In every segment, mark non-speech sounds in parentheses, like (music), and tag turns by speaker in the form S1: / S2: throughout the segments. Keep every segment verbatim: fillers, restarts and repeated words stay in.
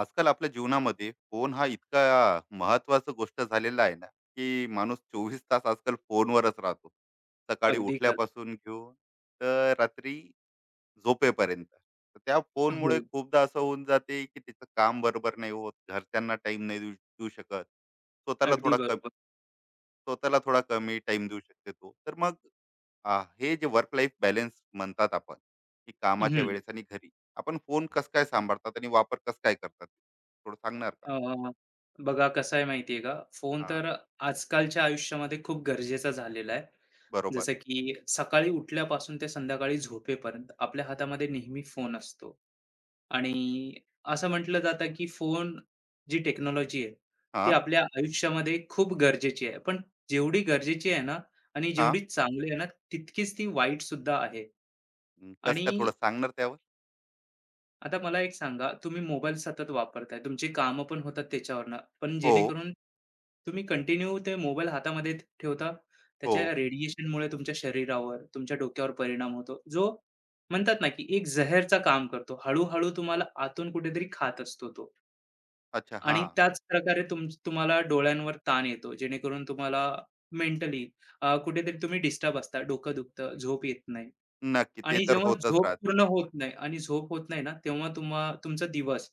S1: आजकाल आपल्या जीवनामध्ये फोन हा इतका महत्वाचा गोष्ट झालेला आहे ना, की माणूस चोवीस तास आजकाल फोनवरच राहतो, सकाळी
S2: अगदी खरं.
S1: उठल्यापासून घेऊन तर रात्री झोपेपर्यंत. तर त्या
S2: हो,
S1: फोनमुळे खूपदा असं होऊन जाते, की तिचं काम बरोबर नाही होत, घरच्यांना टाइम नाही देऊ देऊ शकत, स्वतःला
S2: अगदी
S1: थोडा कमी
S2: बरोबर.
S1: स्वतःला थोडा कमी टाइम देऊ शकते तो. तर मग आ, हे जे वर्क लाईफ बॅलन्स म्हणतात आपण, की कामाच्या
S2: हं.
S1: वेळेस आणि घरी आपण फोन कस काय सांभाळतात आणि वापर कस काय करतात, थोडं सांगणार का?
S2: अ, बघा कसं आहे माहिती आहे का, फोन
S1: हा.
S2: तर आजकालच्या आयुष्यामध्ये खूप गरजेचा झालेला आहे.
S1: बरोबर.
S2: जसं की सकाळी उठल्यापासून ते संध्याकाळी झोपेपर्यंत आपल्या हातामध्ये नेहमी फोन असतो. आणि असं म्हटलं जातं की फोन जी टेक्नॉलॉजी आहे,
S1: हा.
S2: ती आपल्या आयुष्यामध्ये खूप गरजेची आहे. पण जेवढी गरजेची आहे ना आणि
S1: हा.
S2: जेवढी चांगली आहे ना, तितकीच ती वाईटसुद्धा आहे.
S1: हं, कस काय
S2: आणि
S1: थोडं सांगणार त्यावर?
S2: आता मला एक सांगा, तुम्ही मोबाईल सतत वापरताय. तुमची कामं पण होतात त्याच्यावरनं. पण
S1: हो.
S2: जेणेकरून तुम्ही कंटिन्यू ते मोबाईल हातामध्ये ठ- ठेवता.
S1: हो.
S2: त्याच्या रेडिएशनमुळे तुमच्या शरीरावर, तुमच्या डोक्यावर परिणाम होतो. जो म्हणतात ना, की एक जहरचा काम करतो. हळू-हळू तुम्हाला आतून कुठेतरी खात असतो तो.
S1: अच्छा, हा.
S2: आणि त्याच प्रकारे तुम तुम्हाला डोळ्यांवर ताण येतो. जेणेकरून तुम्हाला मेंटली अ, कुठेतरी तुम्ही डिस्टर्ब असता. डोकं दुखतं, झोप येत नाही.
S1: नक्की, ते
S2: आणि
S1: तर
S2: जेव्हा
S1: होतच
S2: झोप
S1: राहते.
S2: पूर्ण होत नाही आणि झोप होत नाही ना, तेव्हा तुम्हा तुमचा दिवस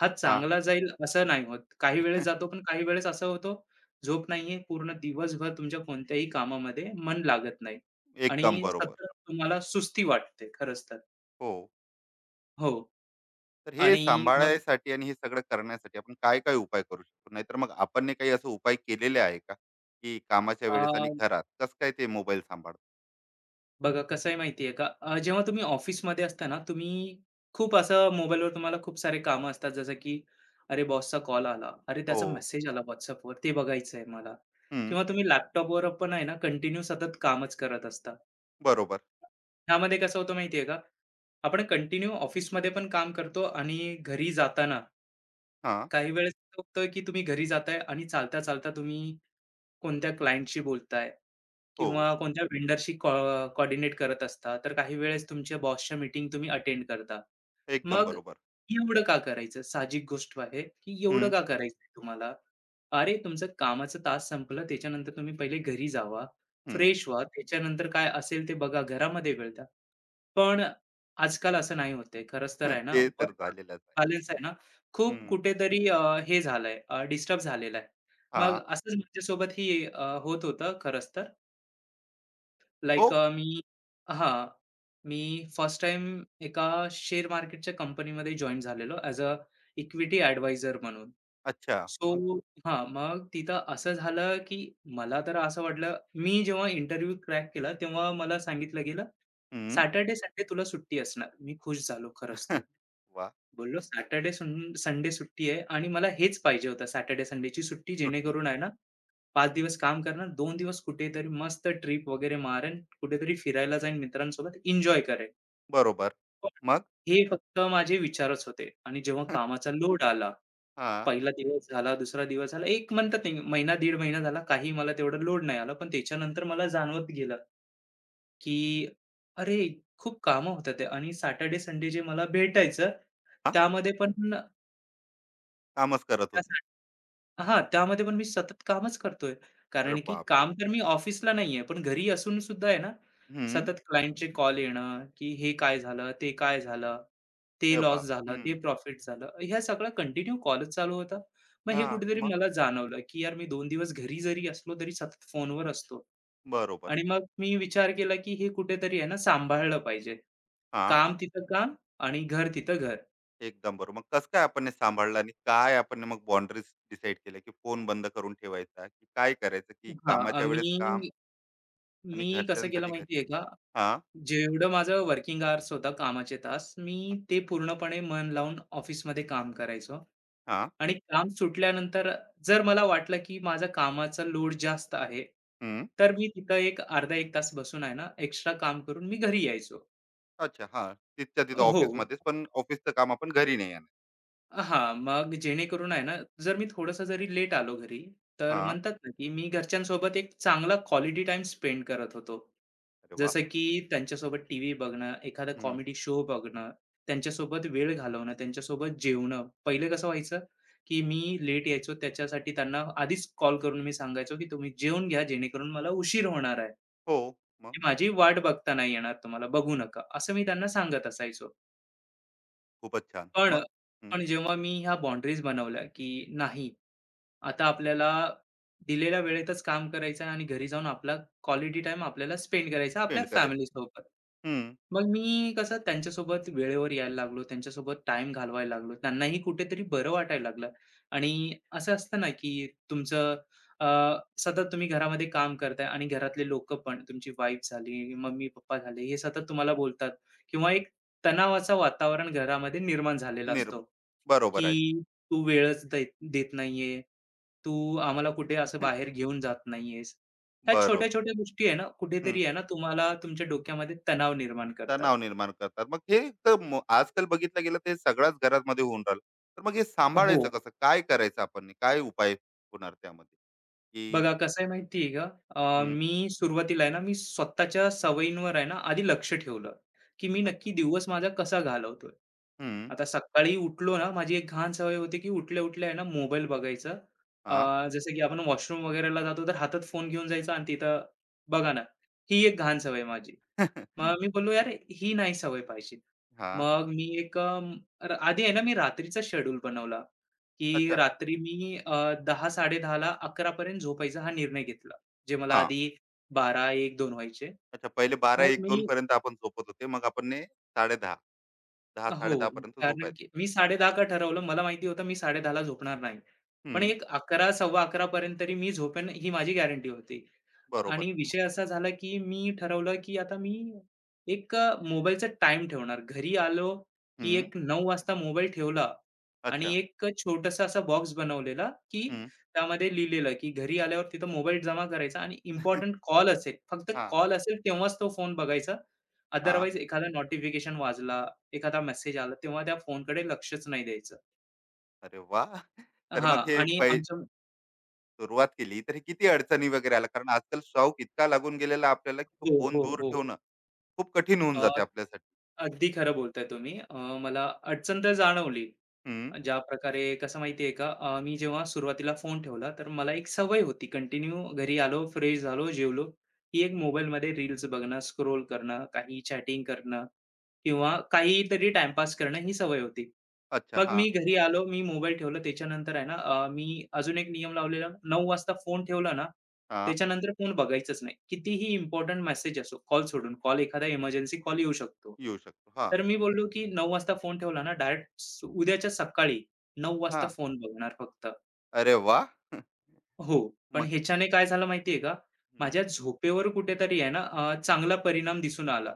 S2: हा
S1: हा.
S2: चांगला जाईल असं नाही होत. काही वेळेस
S1: (laughs)
S2: जातो, पण काही वेळेस असं होतो, झोप नाहीये, पूर्ण दिवसभर तुमच्या कोणत्याही कामामध्ये मन लागत नाही
S1: एकदम
S2: आणि
S1: बरोबर.
S2: सतत तुम्हाला सुस्ती वाटते खरंच तर.
S1: हो.
S2: हो.
S1: तर हे
S2: आणि मग
S1: सांभाळायसाठी आणि हे सगळं करण्यासाठी आपण काय काय उपाय करू शकतो? नाहीतर मग आपण ने काही असं उपाय केलेले आहे का, की कामाच्या
S2: अ
S1: वेळेस आणि घरात कस काय ते मोबाईल सांभाळतो?
S2: बघा कसं आहे माहिती का? अ, जेव्हा तुम्ही ऑफिसमध्ये असता ना, तुम्ही खूप असं मोबाईलवर तुम्हाला खूप सारे कामं असतात. जसं की अरे बॉसचा कॉल आला, अरे
S1: हो.
S2: त्याचा मेसेज आला WhatsAppवर, ते बघायचं आहे मला.
S1: हं.
S2: किंवा तुम्ही लॅपटॉपवर पण आहे ना, कंटिन्यू सतत कामच करत असता.
S1: बरोबर.
S2: ह्यामध्ये कसं होतं माहिती का? आपण कंटिन्यू ऑफिसमध्ये पण काम करतो आणि घरी जाताना
S1: हा.
S2: काही वेळेस होतं की तुम्ही घरी जाताय आणि चालता-चालता तुम्ही कोणत्या क्लायंटशी बोलताय
S1: हो,
S2: किंवा कोणत्या व्हेंडरशी कॉ कोऑर्डिनेट करत असता, तर काही वेळेस तुमच्या बॉसच्या मीटिंग तुम्ही अटेंड करता.
S1: एकदम
S2: मग
S1: बरोबर.
S2: एवढं का करायचं? साहजिक गोष्ट आहे, की एवढं
S1: हं.
S2: का करायचंय तुम्हाला? अरे, तुमचं कामाचा तास संपलं, त्याच्यानंतर तुम्ही पहिले घरी जावा,
S1: हं.
S2: फ्रेश व्हा, त्याच्यानंतर काय असेल ते बघा, घरामध्ये वेळ द्या. पण आजकाल असं नाही होत खरंच तर
S1: (laughs)
S2: आहे ना,
S1: ते तर
S2: वर्क
S1: झालेलंच आहे.
S2: बॅलन्स आहे ना, खूप
S1: हं.
S2: कुठेतरी अ, हे झालंय, डिस्टर्ब झालेला आहे. मग
S1: हां.
S2: असंच माझ्यासोबतही अ, होत होतं खरंच तर.
S1: हो.
S2: लाइक मी हां. मी फर्स्ट टाइम एका शेअर मार्केटच्या कंपनीमध्ये जॉइन झालेलो ॲज अ इक्विटी ॲडवायझर म्हणून.
S1: अच्छा.
S2: सो
S1: मग?
S2: हां, मग तिथं असं झालं, की मला तर असं वाटलं मी जेव्हा इंटरव्ह्यू क्रॅक केला, तेव्हा मला सांगितलं गेलं,
S1: हं.
S2: "सॅटर्डे, संडे तुला सुट्टी असणार." मी खुश झालो
S1: वाह!
S2: खरंच तर.
S1: (laughs)
S2: बोललो, "सॅटर्डे, संडे सुट्टी आहे आणि मला हेच पाहिजे होतं सॅटर्डे, संडेची सुट्टी
S1: सुट्टी.
S2: जेणेकरून आहे ना पाच दिवस काम करणार, दोन दिवस कुठेतरी मस्त ट्रिप वगैरे मारेन, कुठेतरी फिरायला जाईन मित्रांसोबत, एन्जॉय करेन.
S1: बरोबर.
S2: हो.
S1: मग?
S2: हे फक्त माझे विचारच होते आणि जेव्हा
S1: (laughs)
S2: कामाचा लोड आला,
S1: हां.
S2: पहिला दिवस झाला, दुसरा दिवस झाला, एक म्हणतात नाही महिना, दीड महिना झाला, काही मला तेवढं लोड नाही आला. पण त्याच्यानंतर मला जाणवत गेलं, की अरे, खूप कामं होतात आहे आणि सॅटर्डे, संडे जे मला भेटायचं,
S1: हां,
S2: त्यामध्ये पण
S1: कामच करत होते.
S2: त्यासाठी हां, त्यामध्ये पण मी सतत कामच करतोय.
S1: अरे
S2: कारण की
S1: बापरे!
S2: काम तर मी ऑफिसला नाहीये, पण घरी असून सुद्धा आहे ना,
S1: हं.
S2: सतत क्लायंटचे कॉल येणं, की हे काय झालं, ते काय झालं, ते
S1: अरे
S2: लॉस
S1: बाप!
S2: झालं,
S1: हं.
S2: ते प्रॉफिट झालं. ह्या सगळ्या कंटिन्यू कॉलच चालू होता. मग हे
S1: हां,
S2: कुठेतरी
S1: मग?
S2: मला जाणवलं, की यार मी दोन दिवस घरी जरी असलो तरी सतत फोनवर असतो.
S1: बरोबर.
S2: आणि मग मी विचार केला, की हे कुठेतरी आहे ना सांभाळलं पाहिजे.
S1: हां,
S2: काम तिथं काम आणि घर तिथं घर.
S1: एकदम बरोबर. मग कसं काय आपण हे सांभाळलं आणि काय आपण मग बाउंडरीज डिसाईड केल्या, की फोन बंद करून ठेवायचा, की काय करायचं, की
S2: हां,
S1: कामाच्या वेळेस
S2: मी
S1: काम
S2: मी
S1: आणि
S2: कसं केलं
S1: घरच्यांसाठी घरी?
S2: माहिती का?
S1: हां.
S2: जेवढं माझं वर्किंग आवर्स होता कामाचे तास, मी ते पूर्णपणे मन लावून ऑफिसमध्ये काम करायचो
S1: हां.
S2: आणि काम सुटल्यानंतर जर मला वाटलं, की माझा कामाचा लोड जास्त आहे,
S1: हं.
S2: तर मी तिथं एक अर्धा एक तास बसून आहे ना, एक्स्ट्रा काम करून मी घरी यायचो.
S1: अच्छा, हां. तिथच्या तिथं
S2: हो.
S1: ऑफिसमध्येच, पण ऑफिसचं काम आपण घरी नाही आणत.
S2: हां, मग जेणेकरून आहे ना, जर मी थोडंसं जरी लेट आलो घरी, तर
S1: हां.
S2: म्हणतात ना, की मी घरच्यांसोबत एक चांगला क्वालिटी टाईम स्पेंड करत होतो.
S1: अरे वाह!
S2: जसं की त्यांच्यासोबत टीव्ही बघणं, एखादा
S1: हं.
S2: कॉमेडी शो बघणं, त्यांच्यासोबत वेळ घालवणं, त्यांच्यासोबत जेवणं. पहिले कसं व्हायचं, की मी लेट यायचो त्याच्यासाठी त्यांना आधीच कॉल करून मी सांगायचो, की तुम्ही जेवून घ्या जेणेकरून मला उशीर होणार आहे.
S1: हो.
S2: ती
S1: मग
S2: माझी वाट बघता नाही येणार तुम्हाला, बघू नका, असं मी त्यांना सांगत असायचो.
S1: खूपच छान.
S2: पण
S1: मग? हं.
S2: पण जेव्हा मी ह्या बाउंडरीज बनवल्या, की नाही, आता आपल्याला दिलेल्या वेळेतच काम करायचं आहे आणि घरी जाऊन आपला क्वालिटी टाइम आपल्याला स्पेंड करायचा आपल्या
S1: पेंड करायचं.
S2: फॅमिलीसोबत.
S1: हं.
S2: मग मी कसं त्यांच्यासोबत वेळेवर यायला लागलो, त्यांच्यासोबत टाईम घालवायला लागलो. त्यांनाही कुठेतरी बरं वाटायला लागलं आणि असं असतं ना, की तुमचं अ, सतत तुम्ही घरामध्ये काम करताय आणि घरातले लोकं पण तुमची वाईफ झाली, मम्मी-पप्पा झाले, हे सतत तुम्हाला बोलतात. किंवा एक तणावाचं वातावरण घरामध्ये निर्माण झालेला
S1: निर
S2: असतो,
S1: बरोबर आहे.
S2: की तू वेळच देत देत नाहीये, तू आम्हाला कुठे असं
S1: (laughs)
S2: बाहेर घेऊन जात नाहीयेस. ह्या
S1: बरोबर.
S2: छोट्या-छोट्या गोष्टी आहे ना,
S1: हं.
S2: कुठेतरी आहे ना, तुम्हाला तुमच्या डोक्यामध्ये तणाव निर्माण करतात.
S1: तणाव निर्माण करतात. मग हे तर म आजकाल बघितलं गेलं ते सगळ्याच घरांमध्ये होऊन राहिलं. तर मग हे
S2: हो.
S1: सांभाळायचं कसं? काय करायचं आपण? काय उपाय होणार त्यामध्ये? की
S2: बघा कसं आहे माहिती आहे का? अ,
S1: हं.
S2: मी सुरुवातीला आहे ना, मी स्वतःच्या सवयींवर आहे ना, आधी लक्ष ठेवलं, की मी
S1: अच्छा.
S2: नक्की दिवस माझा कसा घालवतोय.
S1: हं.
S2: आता सकाळी उठलो ना, माझी एक घाण सवय होती, की उठल्या-उठल्या आहे ना, मोबाईल बघायचा.
S1: हां.
S2: अ, जसं की आपण वॉशरूम वगैरेला जातो, तर हातात फोन घेऊन जायचा आणि तिथं बघा ना, ही एक घाण सवय आहे माझी.
S1: हां. (laughs)
S2: मग मी बोललो, "यार ही नाही सवय पाहिजे." मग मी एक अ, आधी आहे ना मी रात्रीचा शेड्यूल बनवला, की
S1: अच्छा.
S2: रात्री मी अ, दहा-10:30ला 11:00पर्यंत झोपायचा हा निर्णय घेतला. जे मला
S1: हां.
S2: आधी बारा एक दोन व्हायचे.
S1: अच्छा, पहिले
S2: मग
S1: बारा-एक-दोन
S2: मी
S1: पर्यंत आपण झोपत होते. मग आपण ने साडे दहा
S2: हो.
S1: 10:00-साडे दहा पर्यंत
S2: कारण
S1: झोपायचं.
S2: की मी साडेदहा का ठरवलं. मला माहिती होतं मी साडेदहा ला झोपणार नाही. पण
S1: हं,
S2: एक अकरा, सव्वा अकरा पर्यंत तरी मी झोपेन ही माझी गॅरंटी होती.
S1: बरोबर.
S2: आणि विषय असा झाला की मी ठरवलं की आता मी एक अ, मोबाईलचा टाईम ठेवणार. घरी आलो की
S1: हं,
S2: एक नऊ वाजता मोबाईल ठेवला आणि
S1: अच्छा.
S2: एक छोटासा असा बॉक्स बनवलेला की
S1: हं.
S2: त्यामध्ये लिहिलेलं की घरी आल्यावर तिथं मोबाईल जमा करायचा आणि इम्पोर्टंट कॉल असेल, फक्त
S1: हां.
S2: कॉल असेल तेव्हाच तो फोन बघायचा.
S1: हां. (laughs)
S2: अदरवाईज एखादा नोटिफिकेशन वाजला एखादा मेसेज आला तेव्हा त्या फोनकडे लक्षच नाही द्यायचं.
S1: अरे वाह! तर
S2: हां
S1: मग हे
S2: आणि
S1: पै
S2: आमचं
S1: सुरुवात केली, तर हे किती अडचणी वगैरे आल्या? कारण आजकाल शौक इतका लागून गेलेला आपल्याला, की तो
S2: हो,
S1: फोन
S2: हो,
S1: दूर
S2: हो.
S1: ठेवणं खूप कठीण होऊन
S2: अ,
S1: जाते आपल्यासाठी.
S2: अगदी खरं बोलताय तुम्ही. अ, मला अडचण तर जाणवली.
S1: हं,
S2: ज्या प्रकारे कसं माहिती आहे का, अ, मी जेव्हा सुरुवातीला फोन ठेवला, तर मला एक सवय होती कंटिन्यू घरी आलो, फ्रेश झालो, जेवलो, की एक मोबाईलमध्ये रील्स बघणं, स्क्रोल करणं, काही चॅटिंग करणं किंवा काहीतरी टाईमपास करणं ही सवय होती.
S1: अच्छा.
S2: मग मी
S1: हां.
S2: घरी आलो, मी मोबाईल ठेवला. त्याच्यानंतर आहे ना, अ, मी अजून एक नियम लावलेला नऊ वाजता फोन ठेवला ना,
S1: हां.
S2: त्याच्यानंतर फोन बघायचाच नाही. कितीही इम्पोर्टंट मेसेज असो, कॉल सोडून. कॉल एखादा इमर्जन्सी कॉल येऊ शकतो.
S1: येऊ शकतो. हां.
S2: तर मी बोललो, की नऊ वाजता फोन ठेवला ना, डायरेक्ट उद्याच्या सकाळी नऊ वाजता
S1: हां.
S2: फोन बघणार फक्त.
S1: अरे वाह! (laughs)
S2: हो. पण
S1: मग
S2: ह्याच्याने काय झालं माहिती आहे का?
S1: हं,
S2: माझ्या झोपेवर कुठेतरी आहे ना अ, चांगला परिणाम दिसून आला.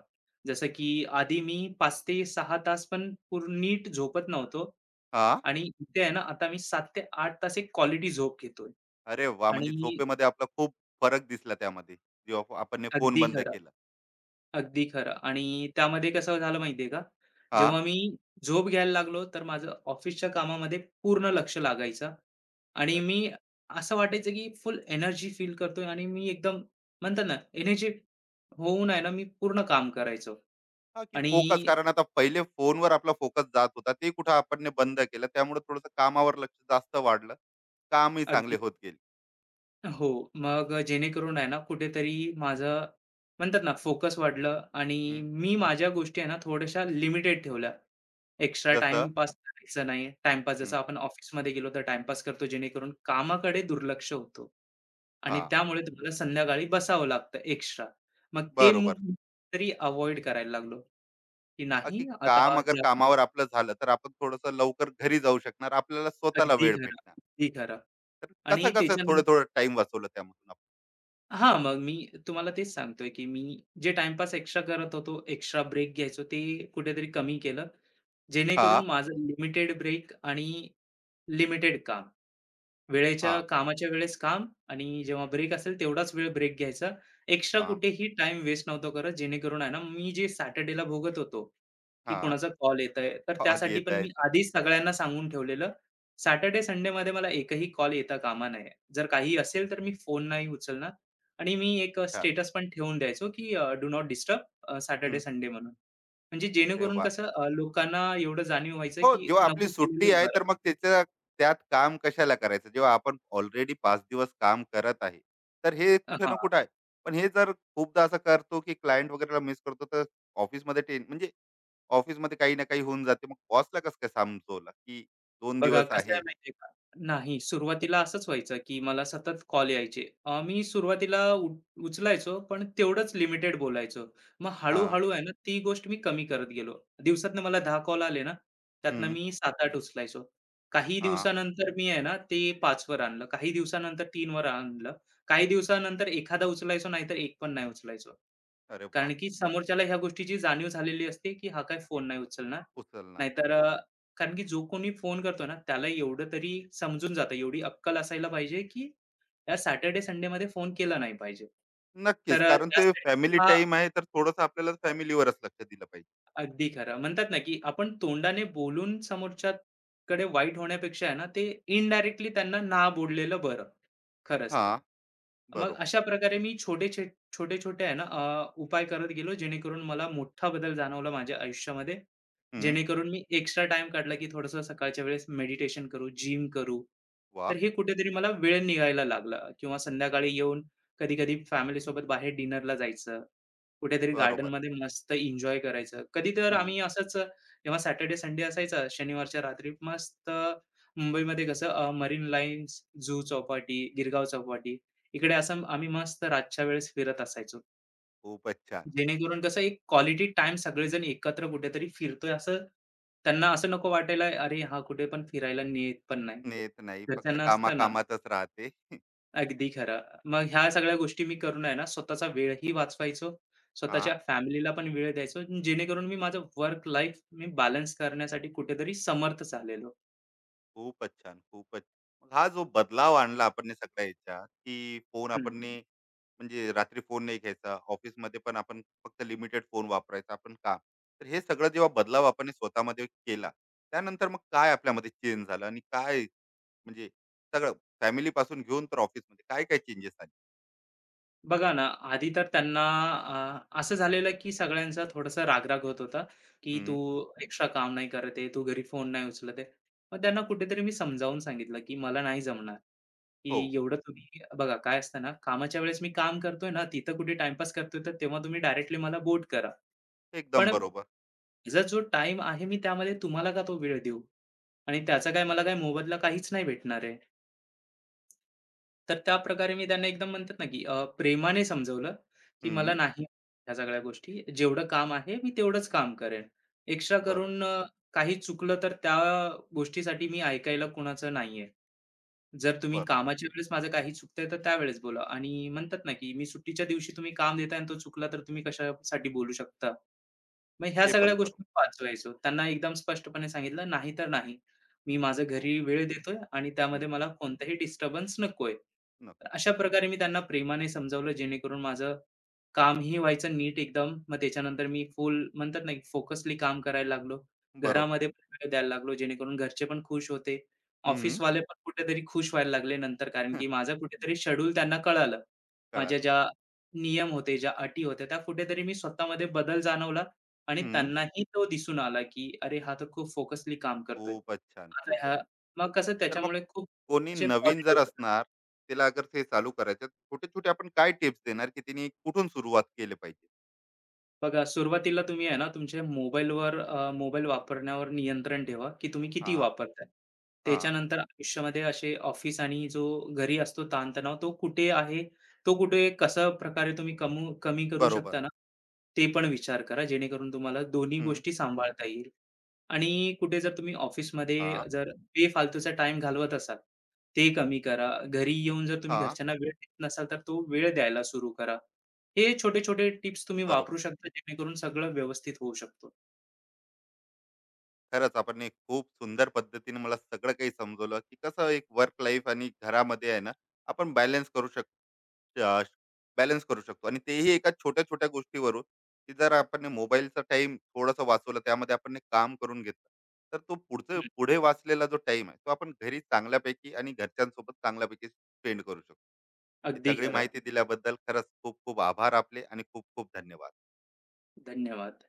S2: जसं की आधी मी पाच ते सहा तास पण पूर्ण नीट झोपत नव्हतो.
S1: हां.
S2: आणि इथे आहे ना आता मी सात ते आठ तास एक क्वालिटी झोप घेतोय.
S1: अरे वाह! म्हणजे
S2: आणि
S1: झोपेमध्ये आपला खूप फरक दिसला त्यामध्ये, जेव्हा आपण फोन
S2: अगदी
S1: बंद
S2: खरं.
S1: केला.
S2: अगदी खरं आणि त्यामध्ये कसं झालं माहितीये का,
S1: हा.
S2: जेव्हा मी झोप घ्यायला लागलो, तर माझं ऑफिसच्या कामामध्ये पूर्ण लक्ष लागायचं आणि
S1: अरे,
S2: मी असं वाटायचं की फुल एनर्जी फील करतोय आणि मी एकदम म्हणतात ना, एनर्जी होऊन आहे ना, मी पूर्ण काम करायचो
S1: हा की फोकस,
S2: आणि
S1: कारण आता पहिले फोनवर आपला फोकस जात होता, ते कुठं आपण बंद केलं, त्यामुळे थोडस कामावर लक्ष जास्त वाढलं, कामही
S2: अगदी
S1: चांगले होत गेले.
S2: हो, मग जेणेकरून आहे ना, कुठेतरी माझं म्हणतात ना, फोकस वाढलं आणि
S1: हम्म.
S2: मी माझ्या गोष्टी आहे ना, थोड्याशा लिमिटेड ठेवल्या. एक्स्ट्रा
S1: जसं
S2: टाईमपास करायचा नाही. टाईमपास
S1: हम्म.
S2: जसं आपण ऑफिसमध्ये गेलो तर टाईमपास करतो जेणेकरून कामाकडे दुर्लक्ष होतो
S1: हा.
S2: आणि त्यामुळे तुम्हाला संध्याकाळी बसावं लागतं एक्स्ट्रा. मग ते मी
S1: बरोबर.
S2: तरी अव्हॉइड करायला लागलो, की
S1: हा की
S2: नाही आता
S1: काम अगर
S2: जग
S1: कामावर आपलं झालं, तर आपण थोडस लवकर घरी जाऊ शकणार, आपल्याला स्वतःला
S2: अगदी
S1: वेळ
S2: खरं,
S1: भेटणार.
S2: अगदी खरं.
S1: तर कसं
S2: आणि
S1: कसं थोडं
S2: त्याच्यानंतर
S1: थोडं टाइम वाचवलं त्यामधून आपण.
S2: हां, मग मी तुम्हाला तेच सांगतोय, की मी जे टाईमपास एक्स्ट्रा करत होतो, एक्स्ट्रा ब्रेक घ्यायचो ते कुठेतरी कमी केलं.
S1: हा.
S2: जेणेकरून माझं लिमिटेड ब्रेक आणि लिमिटेड काम
S1: हा.
S2: वेळेच्या कामाच्या वेळेस काम आणि जेव्हा ब्रेक असेल तेवढाच वेळ ब्रेक घ्यायचा. एक्स्ट्रा
S1: हा.
S2: कुठेही टाइम वेस्ट नव्हतो करत. जेणेकरून आहे ना, मी जे सॅटर्डेला भोगत होतो, की
S1: हा.
S2: कोणाचा कॉल येतोय, तर
S1: हॉल
S2: त्यासाठी
S1: येत
S2: पण
S1: आहे.
S2: मी आधीच सगळ्यांना सांगून ठेवलेलं, सॅटर्डे संडेमध्ये मला एकही कॉल येता कामा नये. जर काही असेल तर मी फोन नाही उचलणार आणि मी एक अ,
S1: छान.
S2: स्टेटस पण ठेवून द्यायचो, की do not disturb Saturday
S1: hmm.
S2: Sunday म्हणून. म्हणजे
S1: अरे
S2: जेणेकरून
S1: वा.
S2: कसं अ, लोकांना एवढं जाणीव व्हायचं,
S1: हो,
S2: की
S1: जेव्हा आपली
S2: नको
S1: सुट्टी
S2: केलेलंच
S1: आहे,
S2: बरं.
S1: तर मग त्याच्या त्यात काम कशाला करायचं? जेव्हा आपण ऑलरेडी पाच दिवस काम करत आहे, तर हे कुठे ना
S2: हां.
S1: कुठे आहे. पण हे जर खूपदा असं करतो, की क्लायंट वगैरेला मिस करतो, तर ऑफिसमध्ये टेन म्हणजे ऑफिसमध्ये काही ना काही होऊन जाते. मग बॉसला कसं काय समजवलं, की दोन
S2: बघा
S1: दिवस
S2: कसं आहे
S1: आहे?
S2: माहिती का? नाही, सुरुवातीला असंच व्हायचं, की मला सतत कॉल यायचे. अ, मी सुरुवातीला उ उचलायचो, पण तेवढंच लिमिटेड बोलायचो. मग
S1: हां.
S2: हळू-हळू आहे ना, ती गोष्ट मी कमी करत गेलो. दिवसातनं मला दहा कॉल आले ना, त्यातनं
S1: हं.
S2: मी सात आठ उचलायचो. काही
S1: हां.
S2: दिवसानंतर मी आहे ना, ते पाच आणलं. काही दिवसानंतर तीन आणलं. काही दिवसानंतर एखादा उचलायचो, नाहीतर एक पण नाही उचलायचो.
S1: अरे वाह!
S2: कारण की समोरच्याला ह्या गोष्टीची जाणीव झालेली असते, की हा काय फोन नाही उचलणार.
S1: उचलणार.
S2: नाहीतर अ, कारण की जो कोणी फोन करतो ना, त्याला एवढं तरी समजून जातं. एवढी अक्कल असायला पाहिजे, की या सॅटर्डे संडेमध्ये फोन केला नाही पाहिजे.
S1: नक्कीच,
S2: तर अ,
S1: कारण ते
S2: त्यासाठी
S1: फॅमिली
S2: हा
S1: टाईम आहे, तर थोडंसं आपल्याला फॅमिलीवरच लक्ष दिलं पाहिजे.
S2: अगदी खरं. म्हणतात ना, की आपण तोंडाने बोलून समोरच्याकडे वाईट होण्यापेक्षा आहे ना, ते इनडायरेक्टली त्यांना ना बोललेलं बरं, खरंच तर.
S1: हां.
S2: मग
S1: बरोबर.
S2: अशा प्रकारे मी छोटे छे छोटे-छोटे आहे ना, अ, उपाय करत गेलो, जेणेकरून मला मोठा बदल जाणवला माझ्या आयुष्यामध्ये.
S1: हं.
S2: जेणेकरून मी एक्स्ट्रा टाईम काढला, की थोडंसं सकाळच्या वेळेस मेडिटेशन करू, जिम करू. तर
S1: वाह!
S2: हे कुठेतरी मला वेळ निघायला लागला किंवा संध्याकाळी येऊन कधी-कधी फॅमिलीसोबत बाहेर डिनरला जायचं. कुठेतरी
S1: बरोबर आहे.
S2: गार्डनमध्ये मस्त एन्जॉय करायचं. कधी तर
S1: हं.
S2: आम्ही असंच जेव्हा सॅटर्डे, संडे असायचा शनिवारच्या रात्री मस्त मुंबईमध्ये कसं अ, मरीन लाईन्स, जुहू चौपाटी, गिरगाव चौपाटी इकडे असं आम्ही मस्त रातच्या वेळेस फिरत असायचो.
S1: खूपच छान.
S2: जेणेकरून कसं एक क्वालिटी टाईम सगळेजण एकत्र कुठेतरी फिरतोय असं त्यांना असं नको वाटायला, "अरे, हा कुठे पण फिरायला नेत पण नाही."
S1: नेत नाही, फक्त
S2: तर असतं ना
S1: कामाकामातच राहते.
S2: अगदी खरं. मग ह्या सगळ्या गोष्टी मी करून आहे ना, स्वतःचा वेळही वाचवायचो.
S1: हां.
S2: स्वतःच्या फॅमिलीला पण वेळ द्यायचो, जेणेकरून मी माझं वर्क लाईफ मी बॅलन्स करण्यासाठी कुठेतरी समर्थ झालेलो.
S1: खूपच छान, खूपच. मग हा जो बदलाव आणला आपण ने सगळ्या याच्यात, की फोन
S2: हं.
S1: आपण ने म्हणजे रात्री फोन नाही घ्यायचा, ऑफिसमध्ये पण आपण फक्त लिमिटेड फोन वापरायचा आपण, का तर हे सगळं जेव्हा बदलाव आपण ने स्वतःमध्ये केला, त्यानंतर मग काय आपल्यामध्ये चेंज झालं आणि काय म्हणजे सगळं फॅमिली पासून घेऊन तर ऑफिसमध्ये काय काय चेंजेस आले?
S2: बघा ना, आधी तर त्यांना अ, असं झालेलं की सगळ्यांचा थोडासा राग होत होता, की "तू
S1: हम्म.
S2: एक्स्ट्रा काम नाही करत आहे, तू घरी फोन नाही उचलत आहे." मग त्यांना कुठेतरी मी समजावून सांगितलं, की "मला नाही जमणार,
S1: हो,
S2: की एवढं तुम्ही" बघा काय असतं ना, कामाच्या वेळेस मी काम करतोय ना, तिथं कुठे टाईमपास करतोय, तर तेव्हा तुम्ही डायरेक्टली मला बोट करा. पण
S1: एकदम बरोबर.
S2: माझा जो टाइम आहे, मी त्यामध्ये तुम्हाला का तो वेळ देऊ? आणि त्याचा काय मला काय मोबदला काहीच नाही भेटणार आहे. तर त्या प्रकारे मी त्यांना एकदम म्हणतात ना, की अ, प्रेमाने समजवलं, की मला
S1: हम्म.
S2: नाही ह्या सगळ्या गोष्टी. जेवढं काम आहे मी तेवढंच काम करेन. एक्स्ट्रा
S1: बरोबर.
S2: करून अ, काही चुकलं तर त्या गोष्टीसाठी मी ऐकायला कुणाचं नाहीये. जर तुम्ही
S1: बरोबर.
S2: कामाच्या वेळेस माझं काही चुकतंय तर त्यावेळेस बोला आणि म्हणतात ना, की मी सुट्टीच्या दिवशी तुम्ही काम देताय आणि तो चुकला तर तुम्ही कशासाठी बोलू शकता? मग ह्या
S1: ते
S2: सगळ्या
S1: पण बरोबर.
S2: गोष्टी वाचवायचो. त्यांना एकदम स्पष्टपणे सांगितलं, "नाही तर नाही." मी माझं
S1: हो.
S2: घरी वेळ देतोय आणि त्यामध्ये
S1: हम्म.
S2: मला कोणताही डिस्टर्बन्स नकोय. तर
S1: नक्की.
S2: अशा प्रकारे मी त्यांना प्रेमाने समजावलं जेणेकरून माझं कामही व्हायचं नीट एकदम. मग त्याच्यानंतर मी फुल म्हणतात ना, फोकसली काम करायला लागलो.
S1: बरोबर.
S2: घरामध्ये पण वेळ द्यायला लागलो जेणेकरून घरचे पण खुश होते.
S1: हम्म.
S2: ऑफिसवाले पण कुठेतरी खुश व्हायला लागले नंतर कारण की
S1: (laughs)
S2: माझं कुठेतरी शेड्यूल त्यांना कळालं. माझ्या
S1: कळालं.
S2: ज्या नियम होते, ज्या अटी होत्या त्या कुठेतरी मी स्वतःमध्ये बदल जाणवला आणि
S1: हं.
S2: त्यांनाही तो दिसून आला, की अरे हा तर खूप फोकसली काम करतोय.
S1: खूपच छान, खूपच.
S2: हां, मग कसं
S1: तर मग
S2: त्याच्यामुळे खूप
S1: कोणी
S2: असे
S1: नवीन जर
S2: पॉझिटिव्ह
S1: असणार, त्याला अगर ते चालू करायचं, छोटे-छोटे आपण काय टिप्स देणार, की तिने कुठून सुरुवात केली पाहिजे?
S2: बघा, सुरुवातीला तुम्ही आहे ना, तुमच्या मोबाईलवर अ, मोबाईल वापरण्यावर नियंत्रण ठेवा, की तुम्ही किती
S1: हां.
S2: वापरताय.
S1: हां.
S2: त्याच्यानंतर आयुष्यामध्ये असे ऑफिस आणि जो घरी असतो ताणतणाव, तो कुठे आहे, तो कुठे कशा प्रकारे तुम्ही कमू कमी करू
S1: बरोबर.
S2: शकता ना, ते पण विचार करा, जेणेकरून तुम्हाला दोन्ही
S1: हं.
S2: गोष्टी सांभाळता येईल. आणि कुठे जर तुम्ही ऑफिसमध्ये
S1: हां.
S2: जर बेफालतूचा टाईम घालवत असाल, ते कमी करा. घरी येऊन जर तुम्ही
S1: हां.
S2: घरच्यांना वेळ देत नसाल, तर तो वेळ द्यायला सुरू करा. हे छोटे-छोटे टिप्स तुम्ही वापरू
S1: बरोबर.
S2: शकता जेणेकरून सगळं व्यवस्थित होऊ शकतो.
S1: खरंच आपण एक खूप सुंदर पद्धतीने मला सगळं काही समजवलं, की कसं एक वर्क लाईफ आणि घरामध्ये आहे ना, आपण बॅलन्स करू शकतो. अ, बॅलन्स करू शकतो आणि तेही एका छोट्या-छोट्या गोष्टीवरून, की जर आपण मोबाईलचा टाइम थोडासा वाचवला, त्यामध्ये आपण एक काम करून घेतलं, तर तो पुढचं
S2: हं,
S1: पुढे वाचलेला जो टाइम आहे, तो आपण घरी चांगल्यापैकी आणि घरच्यांसोबत चांगल्यापैकी स्पेंड करू शकतो. ही
S2: अगदी
S1: सगळी
S2: खरं.
S1: माहिती दिल्याबद्दल खरंच खूप-खूप आभार आपले आणि खूप-खूप धन्यवाद.
S2: धन्यवाद.